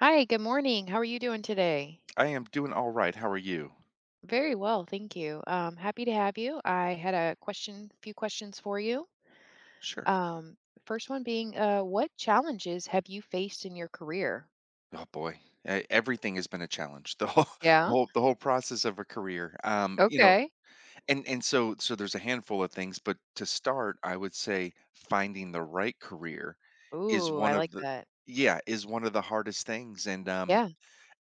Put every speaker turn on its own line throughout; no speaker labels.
Hi, good morning. How are you doing today?
I am doing all right. How are you?
Very well, thank you. Happy to have you. I had a question, few questions for you.
Sure.
Um, First one being, what challenges have you faced in your career?
Oh boy, everything has been a challenge. The
Yeah.
whole, the whole process of a career. Um, you know,
Okay.
and and so so there's a handful of things, but to start, I would say finding the right career is
Ooh,
one
I
of
like
the
that.
yeah, is one of the hardest things. And um
Yeah.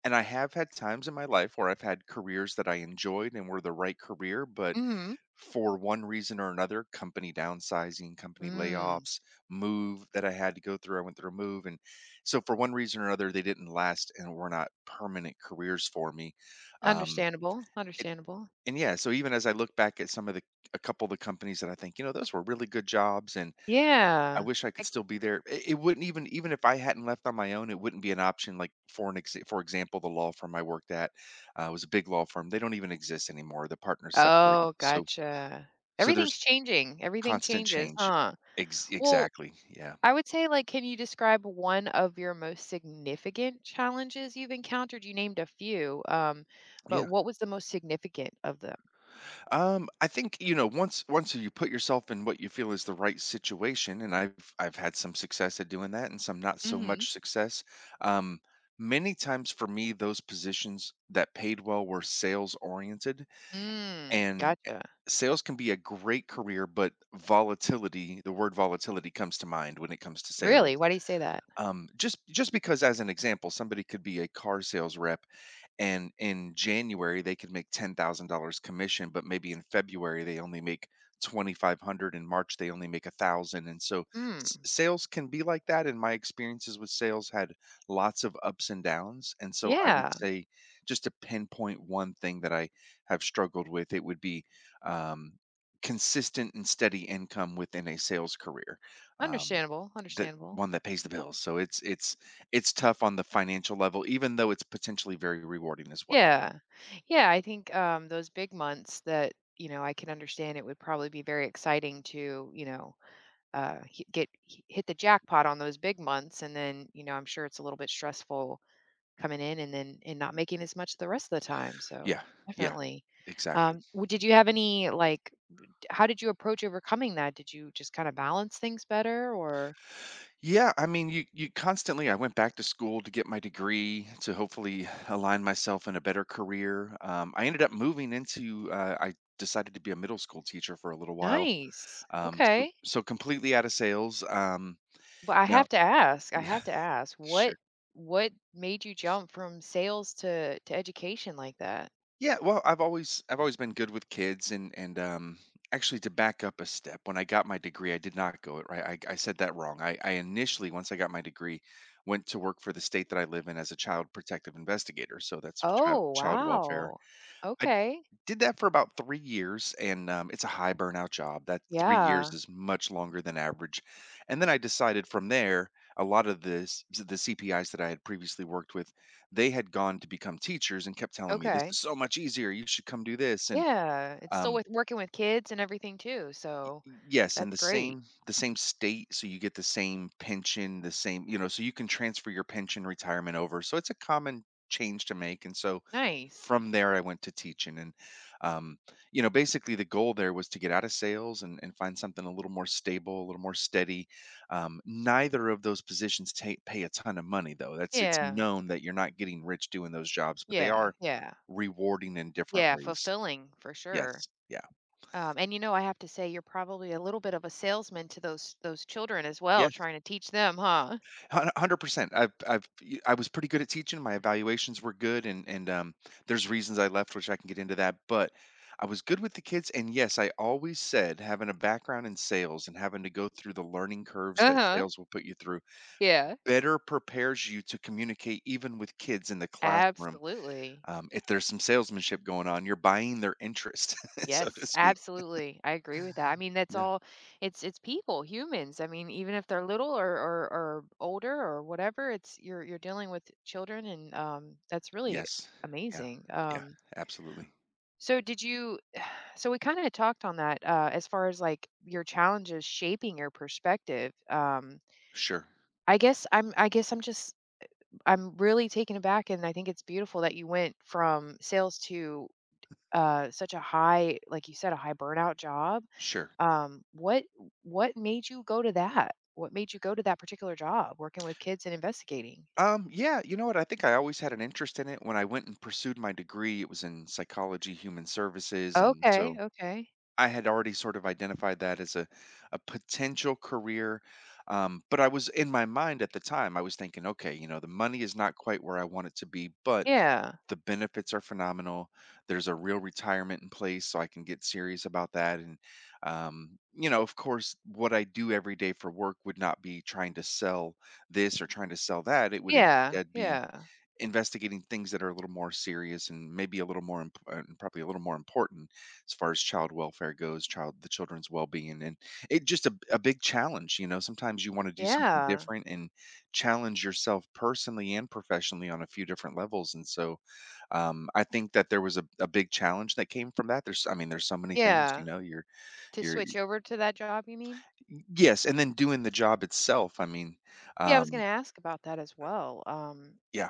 and I have had times in my life where I've had careers that I enjoyed and were the right career, but
Mm-hmm.
for one reason or another, company downsizing, company
Mm.
layoffs, move that I had to go through. I went through a move. And so, for one reason or another, they didn't last and were not permanent careers for me. Um,
Understandable.
it,
Understandable.
and yeah, so even as I look back at some of a couple of the companies that I think, those were really good jobs and I
Yeah.
wish I
I-
could still be there. It wouldn't even if I hadn't left on my own, it wouldn't be an option. Like for example, the law firm I worked at was a big law firm. They don't even exist anymore. The partners separated.
Oh,
So,
gotcha.
so there's
Everything's changing. Everything
constant
changes,
change.
huh?
Ex
Well,
exactly. Yeah.
I would say, like, can you describe one of your most significant challenges you've encountered? You named a few, but
Yeah.
what was the most significant of them?
I think, once you put yourself in what you feel is the right situation, and I've had some success at doing that and some not so
Mhm.
much success. Um, many times for me, those positions that paid well were sales oriented
Mm,
and
gotcha.
sales can be a great career, but volatility, the word volatility comes to mind.
Really? Why do you say that?
And in January they could make $10,000 commission, but maybe in February they only make 2,500, in March they only make a thousand, and so
Mm,
sales can be like that. And my experiences with sales had lots of ups and downs, and so I would
yeah,
say, just to pinpoint one thing that I have struggled with, it would be um, consistent and steady income within a sales career. Um,
understandable,
that
understandable.
one that pays the bills. So it's tough on the financial level, even though it's potentially very rewarding as well.
Yeah. Yeah, I think, those big months that, I can understand it would probably be very exciting to, hi get hi hit the jackpot on those big months, and then, I'm sure it's a little bit stressful coming in and not making as much the rest of the time. So
Yeah, yeah,
definitely.
exactly.
Did you have any like? How did you approach overcoming that? Did you just kind of balance things better, or
Yeah, I mean, you constantly I went back to school to get my degree to hopefully align myself in a better career. I ended up moving into, I decided to be a middle school teacher for a little while.
nice?
Um, so,
Okay,
so completely out of sales.
but I
Now,
have to ask. I
yeah,
have to ask. What
sure.
what made you jump from sales to education like that?
Yeah, well, I've always been good with kids, and actually, to back up a step, when I got my degree, I did not go it right. I said that wrong. I initially, once I got my degree, went to work for the state that I live in as a child protective investigator. So that's child
Oh
child welfare.
wow. Okay.
Did that for about 3 years, and, it's a high burnout job. That 3 years
Yeah.
is much longer than average, and then I decided, from there, a lot of this the CPIs that I had previously worked with, they had gone to become teachers and kept telling me, "This is
Okay.
so much easier, you should come do this," and,
Yeah. It's still
um,
with working with kids and everything too.
y
So
y yes, in
that's
the
great.
same the same state, so you get the same pension, the same, so you can transfer your pension retirement over, so it's a common change to make, and so
Nice.
from there I went to teaching. And, um, basically, the goal there was to get out of sales and find something a little more stable, a little more steady. Neither of those positions ta pay a ton of money, though that's it's
Yeah.
known that you're not getting rich doing those jobs, but they
Yeah,
are
yeah.
rewarding in different
Yeah,
ways.
fulfilling for sure.
Yes. Yeah.
And you know, I have to say you're probably a little bit of a salesman to those children as well,
Yes.
trying to teach them, huh?
100%. I was pretty good at teaching. My evaluations were good, and and there's reasons I left, which I can get into that. But I was good with the kids, and yes, I always said having a background in sales and having to go through the learning curves that
Uh-huh.
sales will put you through
Yeah.
better prepares you to communicate even with kids in the classroom.
Absolutely.
If there's some salesmanship going on, you're buying their interest, so to
Yes,
speak.
absolutely. I agree with that. I mean, that's
Yeah.
all it's people, humans. I mean, even if they're little or older or whatever, it's you're dealing with children, and that's really
Yes. Yeah.
amazing.
Yeah. Absolutely.
So did you So we kind of talked on that as far as like your challenges shaping your perspective.
Sure.
I guess I'm. I guess I'm just. I'm really taken aback, and I think it's beautiful that you went from sales to such a high, like you said, a high burnout job.
Sure.
Um, what What made you go to that? What made you go to that particular job, working with kids and investigating?
Yeah, you know what? I think I always had an interest in it. When I went and pursued my degree, it was in psychology, human services, and
Okay.
so
Okay.
I had already sort of identified that as a potential career. But I was in my mind at the time, I was thinking, okay, you know, the money is not quite where I want it to be, but
Yeah.
the benefits are phenomenal. There's a real retirement in place, so I can get serious about that. And of course, what I do every day for work would not be trying to sell this or trying to sell that. It would
Yeah.
instead be
Yeah.
investigating things that are a little more serious and maybe a little more and probably a little more important, as far as child welfare goes, child the children's well-being. And it just a, big challenge. Sometimes you want to do something
Yeah.
different and challenge yourself personally and professionally on a few different levels, and so, I think that there was a, big challenge that came from that. There's, I mean, there's so many things, you
Yeah.
know
To
you're
switch over to that job, you mean?
yes, and then doing the job itself. I mean,
Yeah, I was gonna
um,
ask about that as well.
yeah,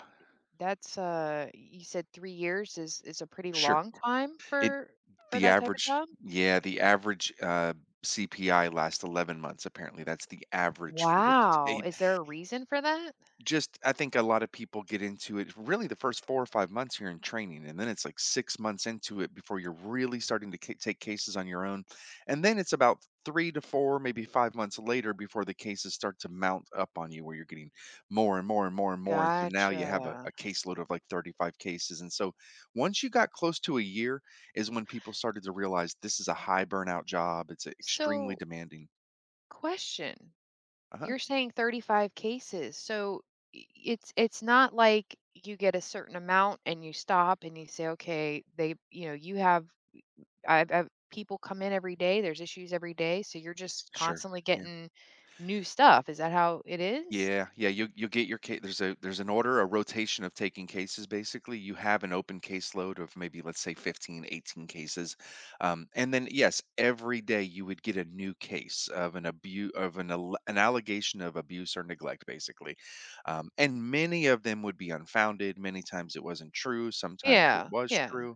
That's you said 3 years is a pretty
sure.
long time for
The
that type of
average
job?
yeah, the average CPI lasts 11 months, apparently. That's the average for the
Wow,
state.
is there a reason for that?
Just, I think a lot of people get into it, really the first 4 or 5 months here in training, and then it's like 6 months into it before you're really starting to ca take cases on your own, and then it's about 3 to 4, maybe 5 months later before the cases start to mount up on you where you're getting more and more and more and more, and so now you have a
Gotcha.
a caseload of like 35 cases, and so once you got close to a year is when people started to realize this is a high burnout job, it's extremely
So,
demanding.
question,
Uh-huh.
you're saying 35 cases, so I it's not like you get a certain amount and you stop and you say, "Okay, they" you know, you have I've people come in every day. There's issues every day, so you're just
Sure.
constantly getting new stuff. Is that how it is?
Yeah, yeah, you get your case. There's an order, a rotation of taking cases. Basically, you have an open caseload of maybe, let's say, 15, 18 cases, and then yes, every day you would get a new case of an abuse, of an allegation of abuse or neglect, basically. And many of them would be unfounded. Many times it wasn't true. Sometimes it
Yeah,
was
yeah.
true.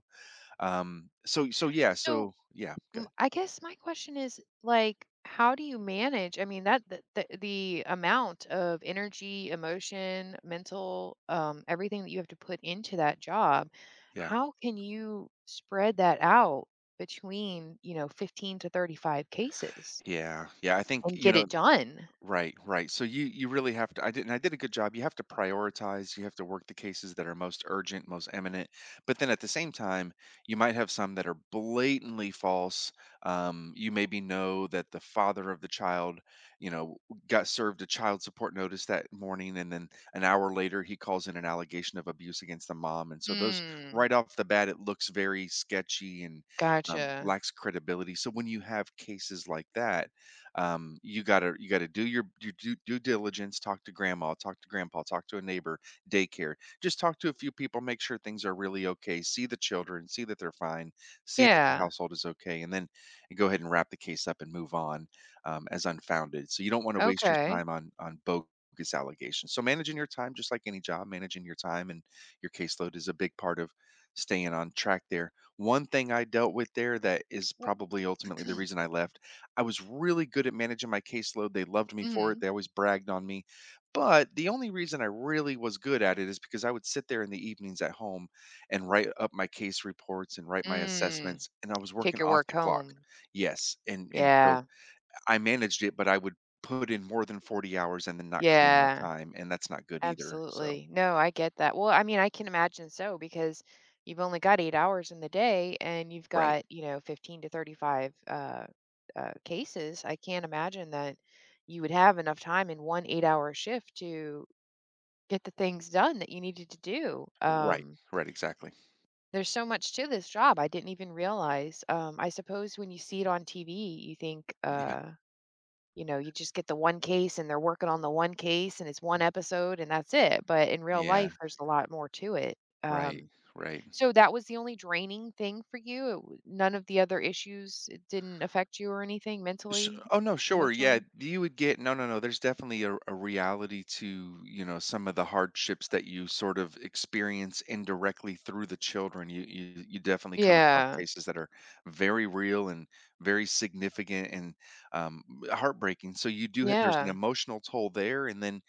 So yeah,
So
so yeah, good.
I guess my question is like, how do you manage? I mean, that the amount of energy, emotion, mental, everything that you have to put into that job.
Yeah,
How can you spread that out between you know 15 to 35 cases
yeah, yeah. I think
and
you
get
know
it done?
Right, right. So you really have to. I did, and I did a good job. You have to prioritize, you have to work the cases that are most urgent, most eminent. But then at the same time, you might have some that are blatantly false. You maybe know that the father of the child, you know, got served a child support notice that morning, and then an hour later he calls in an allegation of abuse against the mom. And so, those
Hmm.
right off the bat it looks very sketchy and
Gotcha.
lacks credibility. So when you have cases like that, you gotta do your due diligence, talk to grandma, talk to grandpa, talk to a neighbor, daycare, just talk to a few people, make sure things are really okay, see the children, see that they're fine, see that the
Yeah,
household is okay, and then go ahead and wrap the case up and move on, as unfounded. So you don't want to waste your
okay.
time on bogus allegations. So managing your time, just like any job, managing your time and your caseload is a big part of staying on track there. One thing I dealt with there, that is
Well
probably ultimately the reason I left: I was really good at managing my caseload. They loved me for it.
mhm,
They always bragged on me. But the only reason I really was good at it is because I would sit there in the evenings at home and write up my case reports and write my
mm,
assessments. And I was
take
working
your
off
work
the clock.
home.
Yes. And so
Yeah,
I managed it, but I would put in more than 40 hours and then not claim my
yeah,
time. And that's not good either. So,
absolutely. No, I get that. Well, I mean, I can imagine so because you've only got 8 hours in the day and you've
right.
got, you know, 15 to 35, cases. I can't imagine that you would have enough time in one 8-hour shift to get the things done that you needed to do,
Right. Right. Exactly.
There's so much to this job I didn't even realize. I suppose when you see it on TV, you think,
Yeah.
you know, you just get the one case and they're working on the one case and it's one episode and that's it. But in real
Yeah.
life, there's a lot more to it.
Right. Right.
So that was the only draining thing for you? It w None of the other issues, it didn't affect you or anything
Sh
mentally,
Oh, no, sure, yeah,
emotionally?
you would get no, no, no, there's definitely a reality to, some of the hardships that you sort of experience indirectly through the children. You definitely come across
Yeah.
cases that are very real and very significant and, um, heartbreaking, so you do ha there's an
Yeah.
emotional toll there, and then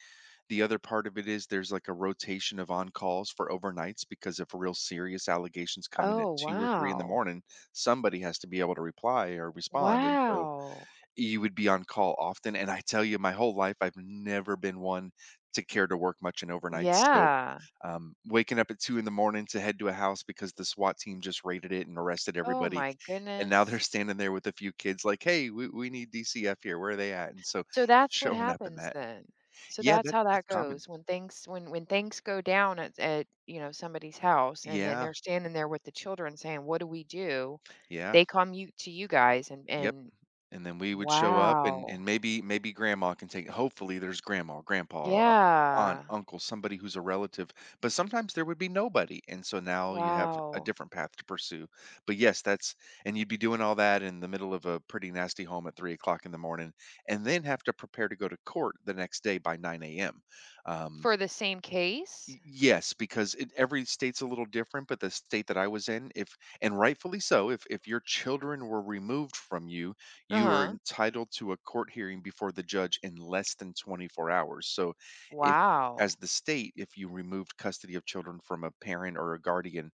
the other part of it is there's, like, a rotation of on-calls for overnights because if real serious allegations come in at
Oh,
2 or 3 in the
wow.
morning, somebody has to be able to reply or respond, and so
Wow.
you would be on call often, and I tell you, my whole life, I've never been one to care to work much in overnights, so,
Yeah.
waking up at 2 in the morning to head to a house because the SWAT team just raided it and arrested
Oh
everybody,
my
and now
goodness.
they're standing there with a few kids like, "Hey, we need DCF here, where are they at?" And so,
So that's what
showing up in
happens
that.
then. So
Yeah, that
that's how
that's
that
common.
goes when things go down at you know somebody's house and then
Yeah,
they're standing there with the children saying, "What do we do?"
yeah,
They come you to you guys and
yep.
and
And then we would show up and
wow.
and maybe grandma can take, hopefully there's grandma, grandpa, aunt,
Yeah.
uncle, somebody who's a relative, but sometimes there would be nobody. And so now you have a
Wow.
different path to pursue. But yes, that's and you'd be doing all that in the middle of a pretty nasty home at 3 o'clock in the morning and then have to prepare to go to court the next day by 9 a.m. Um,
For the same case?
Y yes, because it every state's a little different, but the state that I was in, if and rightfully so, if your children were removed from you, you are
Uh-huh.
entitled to a court hearing before the judge in less than 24 hours. So if
Wow.
as the state, if you removed custody of children from a parent or a guardian,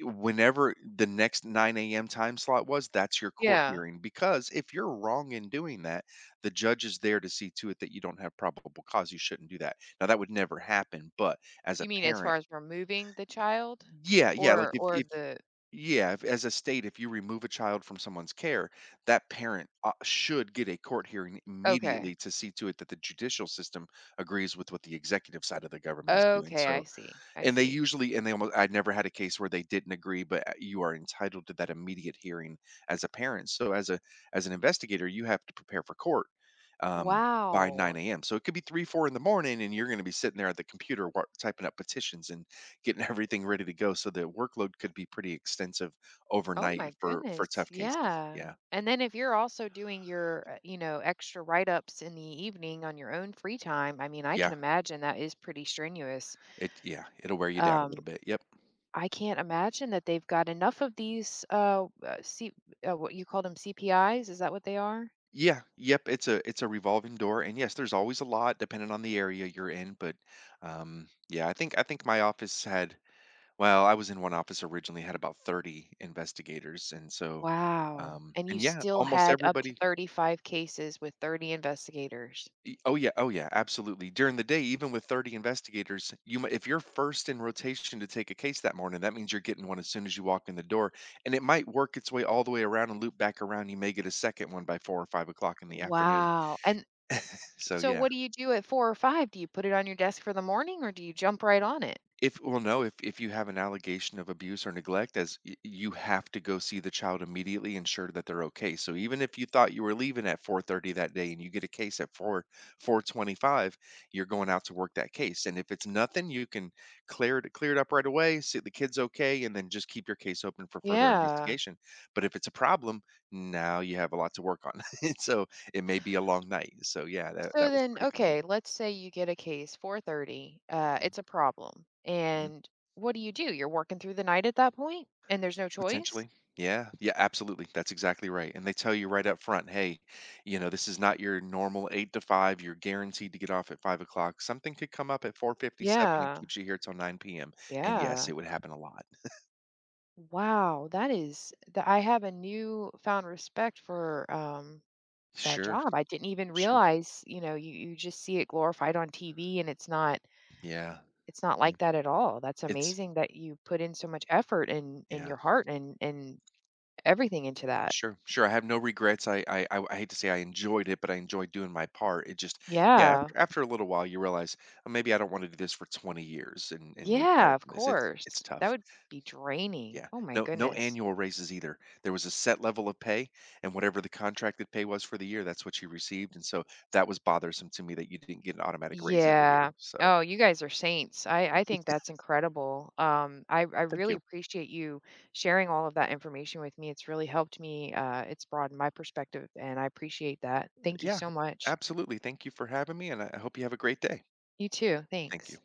whenever the next 9 a.m. time slot was, that's your court
Yeah.
hearing, because if you're wrong in doing that, the judge is there to see to it that you don't have probable cause, you shouldn't do that. Now, that would never happen, but as a
You mean as far
parent.
as removing the child
Yeah, yeah, like,
or or
if
the
yeah, if as a state, if you remove a child from someone's care, that parent, should get a court hearing
okay.
immediately to see to it that the judicial system agrees with what the executive side of the government is doing,
Okay,
so
I see. I
and they
see.
usually, and they almost, I never had a case where they didn't agree, but you are entitled to that immediate hearing as a parent. So as an investigator, you have to prepare for court, um, by
Wow.
9 AM. So it could be 3, 4 in the morning, and you're gonna be sitting there at the computer wor typing up petitions and getting everything ready to go, so the workload could be pretty extensive
Oh
overnight
my
for
goodness.
tough cases.
Yeah.
Yeah.
And then if you're also doing your, you know, extra write-ups in the evening on your own free time, I mean, I
Yeah.
can imagine that is pretty strenuous.
It yeah, it'll wear you down a
Um,
little bit. Yep.
I can't imagine that they've got enough of these C what you call them CPIs, Is that what they are?
Yeah, yep, it's a revolving door, and yes, there's always a lot depending on the area you're in, but yeah, I think my office had, well, I was in one office originally had about 30 investigators, and so
Wow. And you
and yeah,
still
almost
had up to
everybody.
35 cases with 30 investigators.
Oh yeah, oh yeah, absolutely. During the day even with 30 investigators, if you're first in rotation to take a case that morning, that means you're getting one as soon as you walk in the door, and it might work its way all the way around and loop back around. You may get a second one by 4 or 5 o'clock in the afternoon.
Wow. And
So
so
yeah.
what do you do at 4 or 5? Do you put it on your desk for the morning or do you jump right on it?
If Well, no, if you have an allegation of abuse or neglect, as you have to go see the child immediately, ensure that they're okay. So even if you thought you were leaving at 4:30 that day and you get a case at 4 4:25, you're going out to work that case. And if it's nothing, you can clear it up right away, see the kid's okay, and then just keep your case open for further
Yeah.
investigation. But if it's a problem, now you have a lot to work on. And so it may be a long night. So yeah, that
So
that was
then,
pretty
okay,
common.
let's say you get a case 4:30. It's a problem,
Mhm.
and what do you do? You're working through the night at that point, and there's no choice.
Potentially. Yeah. Yeah, absolutely. That's exactly right. And they tell you right up front, hey, this is not your normal 8 to 5. You're guaranteed to get off at 5 o'clock. Something could come up at 4:57 and
Yeah,
keeps you here till 9 p.m. And yes,
yeah.
it would happen a lot.
Wow, that is that. I have a newfound respect for that
Sure.
job. I didn't even
Sure.
realize. You know, you just see it glorified on TV, and
Yeah.
it's not
Yeah.
like that at all. That's
It's
amazing that you put in so much effort and
yeah.
your heart and everything into that.
Sure. Sure. I have no regrets. I hate to say I enjoyed it, but I enjoyed doing my part. It just yeah.
Yeah.
After a little while, you realize, oh, maybe I don't want to do this for 20 years and retire
Yeah, of
from this. It's
course. That
tough.
would be draining.
Yeah.
Oh my
No
goodness.
annual raises either. There was a set level of pay, and whatever the contracted pay was for the year, that's what she received, and so that was bothersome to me that you didn't get an automatic raise every
Yeah.
year. So,
Oh, you guys are saints. I think that's incredible. I
thank
really
you.
appreciate you sharing all of that information with me. It's really helped me. It's broadened my perspective, and I appreciate that. Thank you
Yeah,
so much.
absolutely. Thank you for having me, and I hope you have a great day.
You too.
Thank
Thanks.
you.